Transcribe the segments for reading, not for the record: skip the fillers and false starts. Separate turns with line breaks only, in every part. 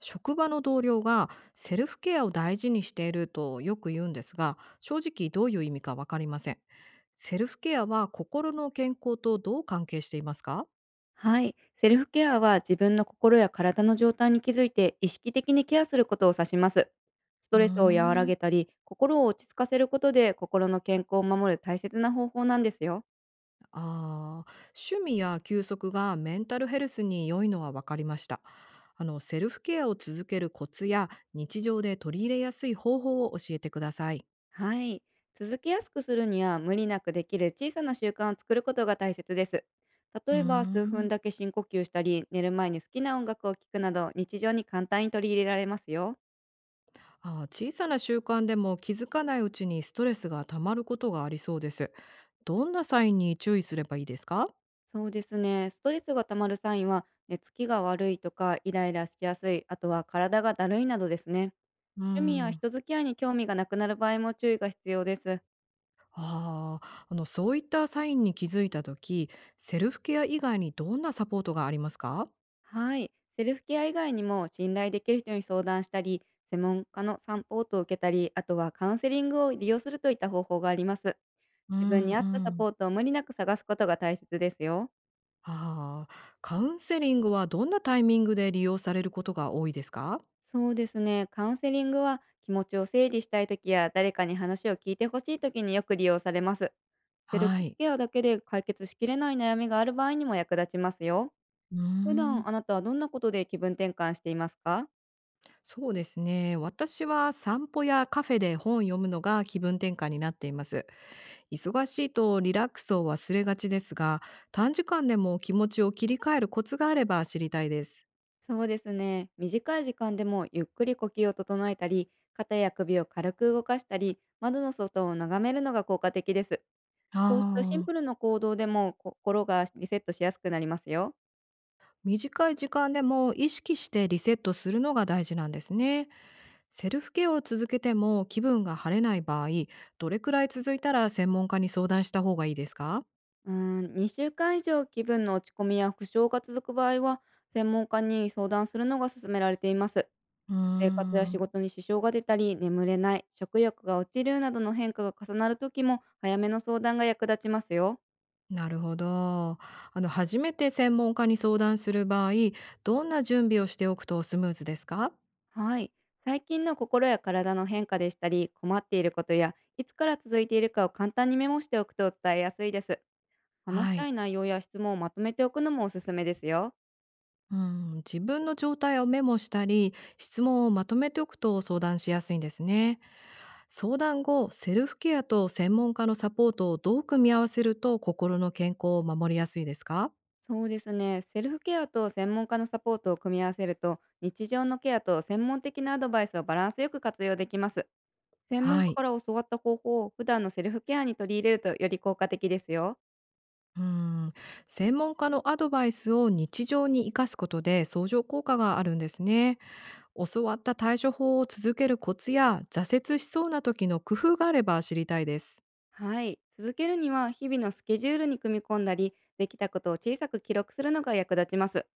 職場の同僚がセルフケアを大事にしているとよく言うんですが、正直どういう意味かわかりません。セルフケアは心の健康とどう関係していますか？
はい。セルフケアは自分の心や体の状態に気づいて意識的にケアすることを指します。ス
う
ト
ー
レスを和ら
ん、
げたり、心を落ち着かせることで心の健康を守る大切な方法なんですよ。
あー趣味や休息がメンタルヘルスに良いのはわかりました。セルフケアを続けるコツや日常で取り入れやすい方法を教えてください。
はい。続けやすくするには無理なくできる小さな習慣を作ることが大切です。
うー
例えば数分
ん。
だけ深呼吸したり、寝る前に好きな音楽を聴くなど日常に簡単に取り入れられますよ。
ああ、小さな習慣でも気づかないうちにストレスがたまることがありそうです。どんなサインに注意すればいいですか？
そうですね。ストレスが溜まるサインは、寝つきが悪いとか、イライラしやすい、あとは体がだるいなどですね。
う
趣味や
ん。
人付き合いに興味がなくなる場合も注意が必要です。
ああ、そういったサインに気づいた時、セルフケア以外にどんなサポートがありますか？
はい。セルフケア以外にも、信頼できる人に相談したり、専門家のサポートを受けたり、あとはカウンセリングを利用するといった方法があります。
う
自分
ん
に合
う
ったサ
ん。
ポートを無理なく探すことが大切ですよ。
ああ、カウンセリングはどんなタイミングで利用されることが多いですか？
そうですね。カウンセリングは気持ちを整理したい時や誰かに話を聞いてほしい時によく利用されます。セル
は
フ
い。
ケアだけで解決しきれない悩みがある場合にも役立ちますよ。
うー
普
ん。
段あなたはどんなことで気分転換していますか？
そうですね。私は散歩やカフェで本を読むのが気分転換になっています。忙しいとリラックスを忘れがちですが、短時間でも気持ちを切り替えるコツがあれば知りたいです。
そうですね。短い時間でもゆっくり呼吸を整えたり、肩や首を軽く動かしたり、窓の外を眺めるのが効果的です。
あ
こうしたシン
あ、
プルな行動でも心がリセットしやすくなりますよ。
短い時間でも意識してリセットするのが大事なんですね。セルフケアを続けても気分が晴れない場合、どれくらい続いたら専門家に相談した方がいいですか？
2週間以上気分の落ち込みや不調が続く場合は、専門家に相談するのが勧められています。
うー
生活や仕
ん。
事に支障が出たり、眠れない、食欲が落ちる、などの変化が重なる時も、早めの相談が役立ちますよ。
なるほど。初めて専門家に相談する場合、どんな準備をしておくとスムーズですか？
はい。最近の心や体の変化でしたり、困っていることや、いつから続いているかを簡単にメモしておくと伝えやすいです。話し
は
た
い。
い内容や質問をまとめておくのもおすすめですよ。
うん、自分の状態をメモしたり、質問をまとめておくと相談しやすいんですね。相談後、セルフケアと専門家のサポートをどう組み合わせると心の健康を守りやすいですか？
そうですね。セルフケアと専門家のサポートを組み合わせると、日常のケアと専門的なアドバイスをバランスよく活用できます。専門
は
家
い。
から教わった方法を普段のセルフケアに取り入れるとより効果的ですよ。
うん、専門家のアドバイスを日常に生かすことで相乗効果があるんですね。教わった対処法を続けるコツや挫折しそうな時の工夫があれば知りたいです。
はい。続けるには日々のスケジュールに組み込んだり、できたことを小さく記録するのが役立ちます。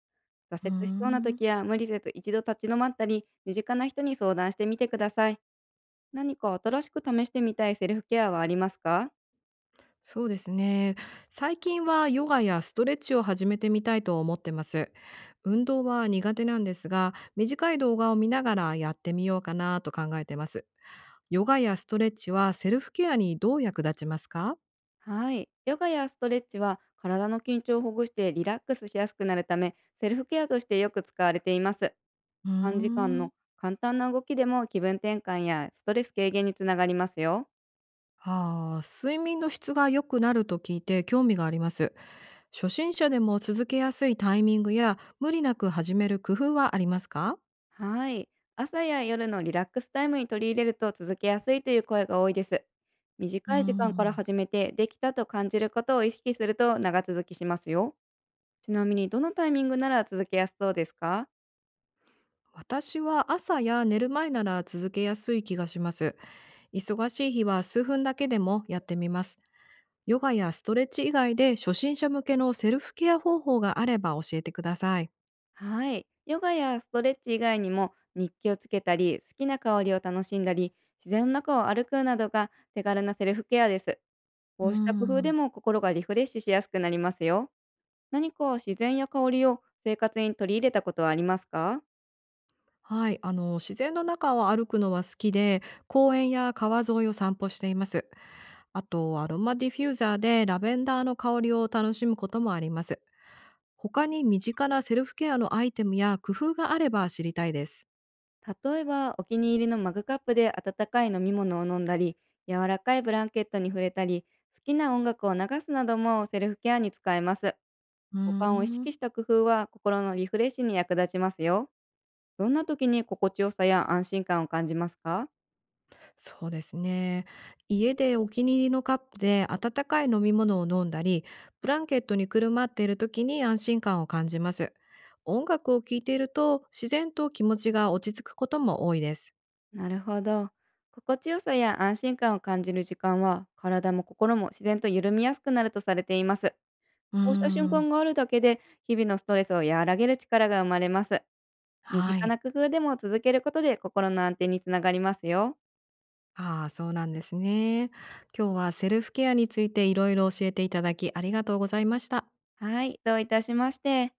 うー
挫折しそうな
ん。
時や、無理せず一度立ち止まったり、身近な人に相談してみてください。何か新しく試してみたいセルフケアはありますか？
そうですね。最近はヨガやストレッチを始めてみたいと思ってます。運動は苦手なんですが、短い動画を見ながらやってみようかなと考えてます。ヨガやストレッチはセルフケアにどう役立ちますか？
はい。ヨガやストレッチは体の緊張をほぐしてリラックスしやすくなるため、セルフケアとしてよく使われています。
うー
短時間
ん。
の簡単な動きでも気分転換やストレス軽減につながりますよ。
ああ、睡眠の質が良くなると聞いて興味があります。初心者でも続けやすいタイミングや無理なく始める工夫はありますか？
はい。朝や夜のリラックスタイムに取り入れると続けやすいという声が多いです。
うー
短い時間から
ん。
始めて、できたと感じることを意識すると長続きしますよ。ちなみにどのタイミングなら続けやすそうですか？
私は朝や寝る前なら続けやすい気がします。忙しい日は数分だけでもやってみます。ヨガやストレッチ以外で初心者向けのセルフケア方法があれば教えてください。
はい。ヨガやストレッチ以外にも、日記をつけたり、好きな香りを楽しんだり、自然の中を歩くなどが手軽なセルフケアです。
うー
こうした工夫で
ん。
も心がリフレッシュしやすくなりますよ。何か自然や香りを生活に取り入れたことはありますか？
はい、自然の中を歩くのは好きで、公園や川沿いを散歩しています。あとアロマディフューザーでラベンダーの香りを楽しむこともあります。他に身近なセルフケアのアイテムや工夫があれば知りたいです。
例えばお気に入りのマグカップで温かい飲み物を飲んだり、柔らかいブランケットに触れたり、好きな音楽を流すなどもセルフケアに使えます。
うー
五感を意
ん。
識した工夫は心のリフレッシュに役立ちますよ。どんな時に心地よさや安心感を感じますか？
そうですね。家でお気に入りのカップで温かい飲み物を飲んだり、ブランケットにくるまっている時に安心感を感じます。音楽を聴いていると自然と気持ちが落ち着くことも多いです。
なるほど。心地よさや安心感を感じる時間は、体も心も自然と緩みやすくなるとされています。
うー
こうした瞬
ん、
間があるだけで、日々のストレスを和らげる力が生まれます。身
は
近
い。
な工夫でも続けることで心の安定につながりますよ。
ああ、そうなんですね。今日はセルフケアについていろいろ教えていただきありがとうございました。
はい、どういたしまして。